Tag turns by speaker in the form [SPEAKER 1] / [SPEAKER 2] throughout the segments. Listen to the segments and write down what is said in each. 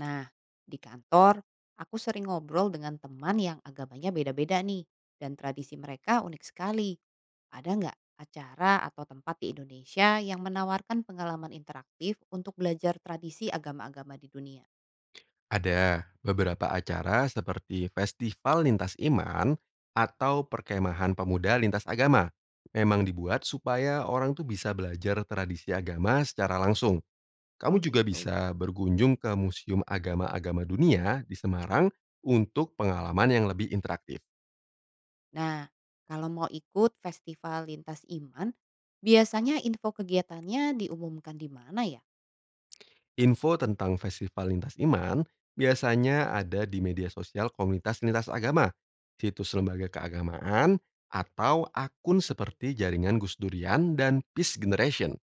[SPEAKER 1] Nah, di kantor, aku sering ngobrol dengan teman yang agamanya beda-beda nih, dan tradisi mereka unik sekali. Ada nggak acara atau tempat di Indonesia yang menawarkan pengalaman interaktif untuk belajar tradisi agama-agama di dunia?
[SPEAKER 2] Ada beberapa acara seperti festival lintas iman atau perkemahan pemuda lintas agama. Memang dibuat supaya orang tuh bisa belajar tradisi agama secara langsung. Kamu
[SPEAKER 1] Oh
[SPEAKER 2] juga
[SPEAKER 1] gitu.
[SPEAKER 2] bisa berkunjung ke Museum Agama-Agama Dunia di Semarang untuk pengalaman yang lebih interaktif.
[SPEAKER 1] Nah, kalau mau ikut festival lintas iman, biasanya info kegiatannya diumumkan di mana ya?
[SPEAKER 2] Info tentang festival lintas iman biasanya ada di media sosial komunitas lintas agama, situs lembaga keagamaan, atau akun seperti jaringan Gus Durian dan Peace Generation.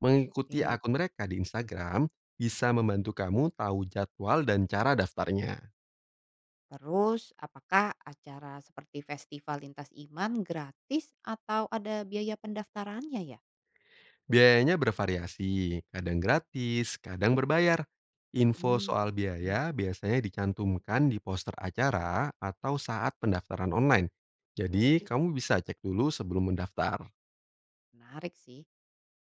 [SPEAKER 2] Mengikuti
[SPEAKER 1] Oke.
[SPEAKER 2] akun mereka di Instagram bisa membantu kamu tahu jadwal dan cara daftarnya.
[SPEAKER 1] Terus, apakah acara seperti festival lintas iman gratis atau ada biaya pendaftarannya ya?
[SPEAKER 2] Biayanya bervariasi, kadang gratis, kadang berbayar. Info
[SPEAKER 1] Hmm,
[SPEAKER 2] soal
[SPEAKER 1] ya,
[SPEAKER 2] biaya biasanya dicantumkan di poster acara atau saat pendaftaran online. Jadi, kamu bisa cek dulu sebelum mendaftar.
[SPEAKER 1] menarik sih.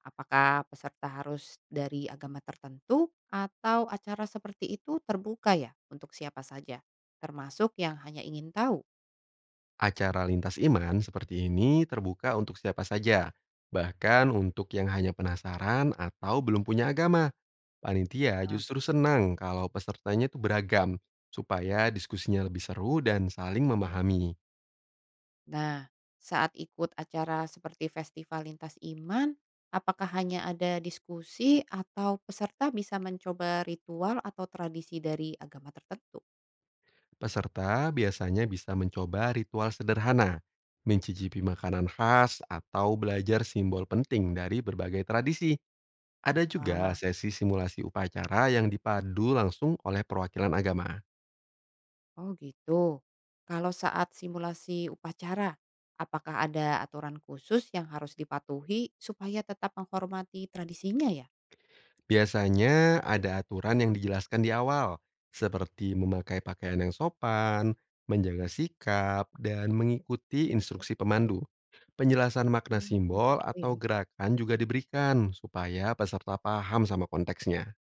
[SPEAKER 1] Apakah peserta harus dari agama tertentu atau acara seperti itu terbuka ya untuk siapa saja, termasuk yang hanya ingin tahu?
[SPEAKER 2] Acara lintas iman seperti ini terbuka untuk siapa saja, bahkan untuk yang hanya penasaran atau belum punya agama. Panitia
[SPEAKER 1] Ah.
[SPEAKER 2] justru senang kalau pesertanya itu beragam, supaya diskusinya lebih seru dan saling memahami.
[SPEAKER 1] Nah, saat ikut acara seperti festival lintas iman, apakah hanya ada diskusi atau peserta bisa mencoba ritual atau tradisi dari agama tertentu?
[SPEAKER 2] Peserta biasanya bisa mencoba ritual sederhana, mencicipi makanan khas, atau belajar simbol penting dari berbagai tradisi. Ada juga
[SPEAKER 1] Wah,
[SPEAKER 2] sesi simulasi upacara yang dipadu langsung oleh perwakilan agama.
[SPEAKER 1] oh gitu. Kalau saat simulasi upacara, apakah ada aturan khusus yang harus dipatuhi supaya tetap menghormati tradisinya ya?
[SPEAKER 2] Biasanya ada aturan yang dijelaskan di awal, seperti memakai pakaian yang sopan, menjaga sikap, dan mengikuti instruksi pemandu. Penjelasan makna
[SPEAKER 1] Hmm, gitu
[SPEAKER 2] simbol atau
[SPEAKER 1] ya.
[SPEAKER 2] gerakan juga diberikan supaya peserta paham sama konteksnya.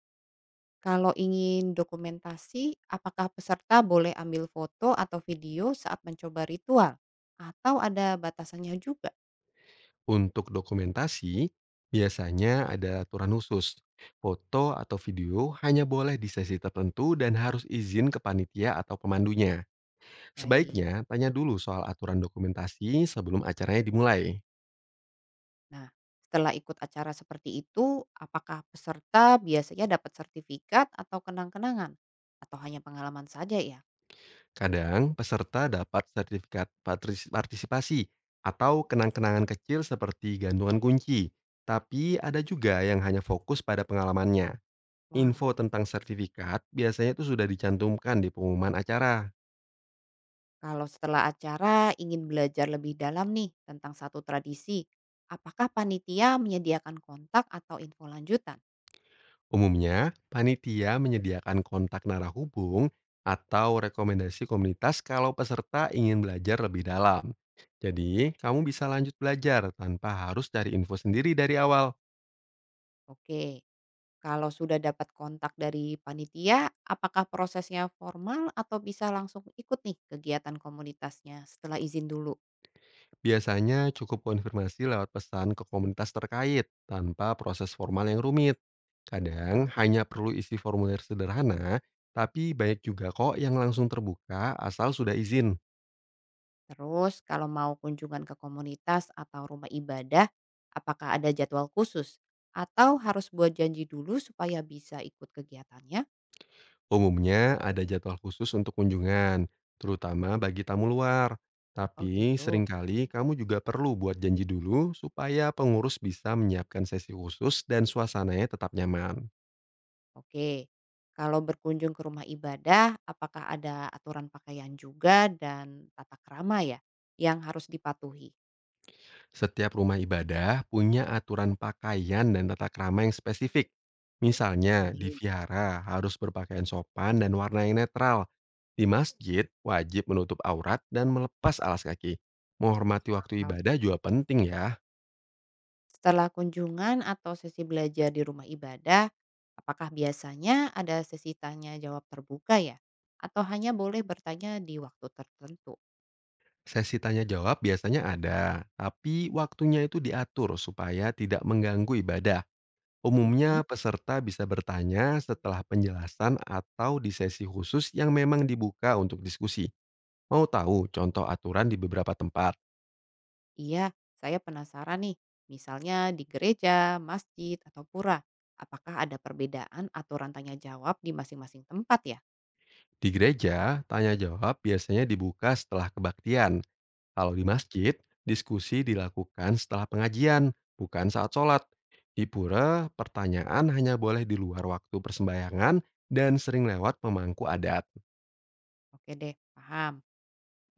[SPEAKER 1] Kalau ingin dokumentasi, apakah peserta boleh ambil foto atau video saat mencoba ritual? Atau ada batasannya juga?
[SPEAKER 2] Untuk dokumentasi, biasanya ada aturan khusus. Foto atau video hanya boleh di sesi tertentu dan harus izin ke panitia atau pemandunya.
[SPEAKER 1] Baik.
[SPEAKER 2] Sebaiknya tanya dulu soal aturan dokumentasi sebelum acaranya dimulai.
[SPEAKER 1] Nah, setelah ikut acara seperti itu, apakah peserta biasanya dapat sertifikat atau kenang-kenangan? Atau hanya pengalaman saja ya?
[SPEAKER 2] Kadang peserta dapat sertifikat partisipasi atau kenang-kenangan kecil seperti gantungan kunci. Tapi ada juga yang hanya fokus pada pengalamannya.
[SPEAKER 1] Wah.
[SPEAKER 2] Info tentang sertifikat biasanya itu sudah dicantumkan di pengumuman acara.
[SPEAKER 1] Kalau setelah acara ingin belajar lebih dalam nih tentang satu tradisi, apakah panitia menyediakan kontak atau info lanjutan?
[SPEAKER 2] Umumnya, panitia menyediakan kontak narahubung atau rekomendasi komunitas kalau peserta ingin belajar lebih dalam. Jadi,
[SPEAKER 1] Menarik.
[SPEAKER 2] kamu bisa lanjut belajar tanpa harus cari info sendiri dari awal.
[SPEAKER 1] Oke, kalau sudah dapat kontak dari panitia, apakah prosesnya formal atau bisa langsung ikut nih kegiatan komunitasnya setelah izin dulu?
[SPEAKER 2] Biasanya cukup konfirmasi lewat pesan ke komunitas terkait tanpa proses formal yang rumit. Kadang
[SPEAKER 1] Paham.
[SPEAKER 2] hanya perlu isi formulir sederhana, tapi banyak juga kok yang langsung terbuka asal sudah izin.
[SPEAKER 1] Terus kalau mau kunjungan ke komunitas atau rumah ibadah, apakah ada jadwal khusus? Atau harus buat janji dulu supaya bisa ikut kegiatannya?
[SPEAKER 2] Umumnya ada jadwal khusus untuk kunjungan, terutama bagi tamu luar.
[SPEAKER 1] Oh
[SPEAKER 2] Tapi
[SPEAKER 1] gitu.
[SPEAKER 2] seringkali kamu juga perlu buat janji dulu supaya pengurus bisa menyiapkan sesi khusus dan suasananya tetap nyaman.
[SPEAKER 1] Oke. Kalau berkunjung ke rumah ibadah, apakah ada aturan pakaian juga dan tata kerama ya yang harus dipatuhi?
[SPEAKER 2] Setiap rumah ibadah punya aturan pakaian dan tata krama yang spesifik. Misalnya di
[SPEAKER 1] Baik,
[SPEAKER 2] vihara harus berpakaian sopan dan warna yang netral. Di masjid wajib menutup aurat dan melepas alas kaki. Menghormati
[SPEAKER 1] masuk
[SPEAKER 2] waktu
[SPEAKER 1] akal
[SPEAKER 2] ibadah
[SPEAKER 1] sih.
[SPEAKER 2] juga penting ya.
[SPEAKER 1] Setelah kunjungan atau sesi belajar di rumah ibadah, apakah biasanya ada sesi tanya jawab terbuka ya? Atau hanya boleh bertanya di waktu tertentu?
[SPEAKER 2] Sesi tanya jawab biasanya ada, tapi waktunya itu diatur supaya tidak mengganggu ibadah.
[SPEAKER 1] Mhm.
[SPEAKER 2] Umumnya peserta bisa bertanya setelah penjelasan atau di sesi khusus yang memang dibuka untuk diskusi. Mau tahu contoh aturan di beberapa tempat?
[SPEAKER 1] Iya, saya penasaran nih. Misalnya di gereja, masjid, atau pura. Apakah ada perbedaan aturan tanya jawab di masing-masing tempat ya?
[SPEAKER 2] Di gereja, tanya jawab biasanya dibuka setelah kebaktian. Kalau di
[SPEAKER 1] Ok,
[SPEAKER 2] masjid, diskusi dilakukan setelah pengajian, bukan saat sholat. Di pura, pertanyaan hanya boleh di luar waktu persembahyangan dan sering lewat pemangku adat.
[SPEAKER 1] oke deh, paham.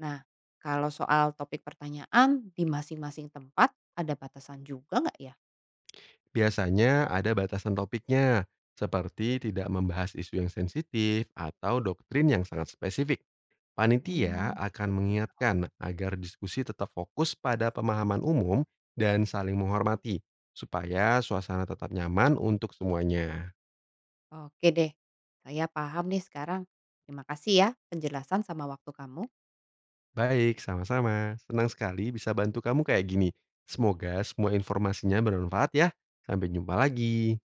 [SPEAKER 1] Nah, kalau soal topik pertanyaan di masing-masing tempat ada batasan juga nggak ya?
[SPEAKER 2] Biasanya ada batasan topiknya, seperti tidak membahas isu yang sensitif atau doktrin yang sangat spesifik. Panitia
[SPEAKER 1] Oh,
[SPEAKER 2] akan mengingatkan agar diskusi tetap fokus pada pemahaman umum dan saling menghormati, supaya suasana tetap nyaman untuk semuanya.
[SPEAKER 1] oke deh. Saya paham nih sekarang. Terima kasih ya penjelasan sama waktu kamu.
[SPEAKER 2] Baik, sama-sama. Senang sekali bisa bantu kamu kayak gini. Semoga semua informasinya bermanfaat ya. Sampai jumpa lagi.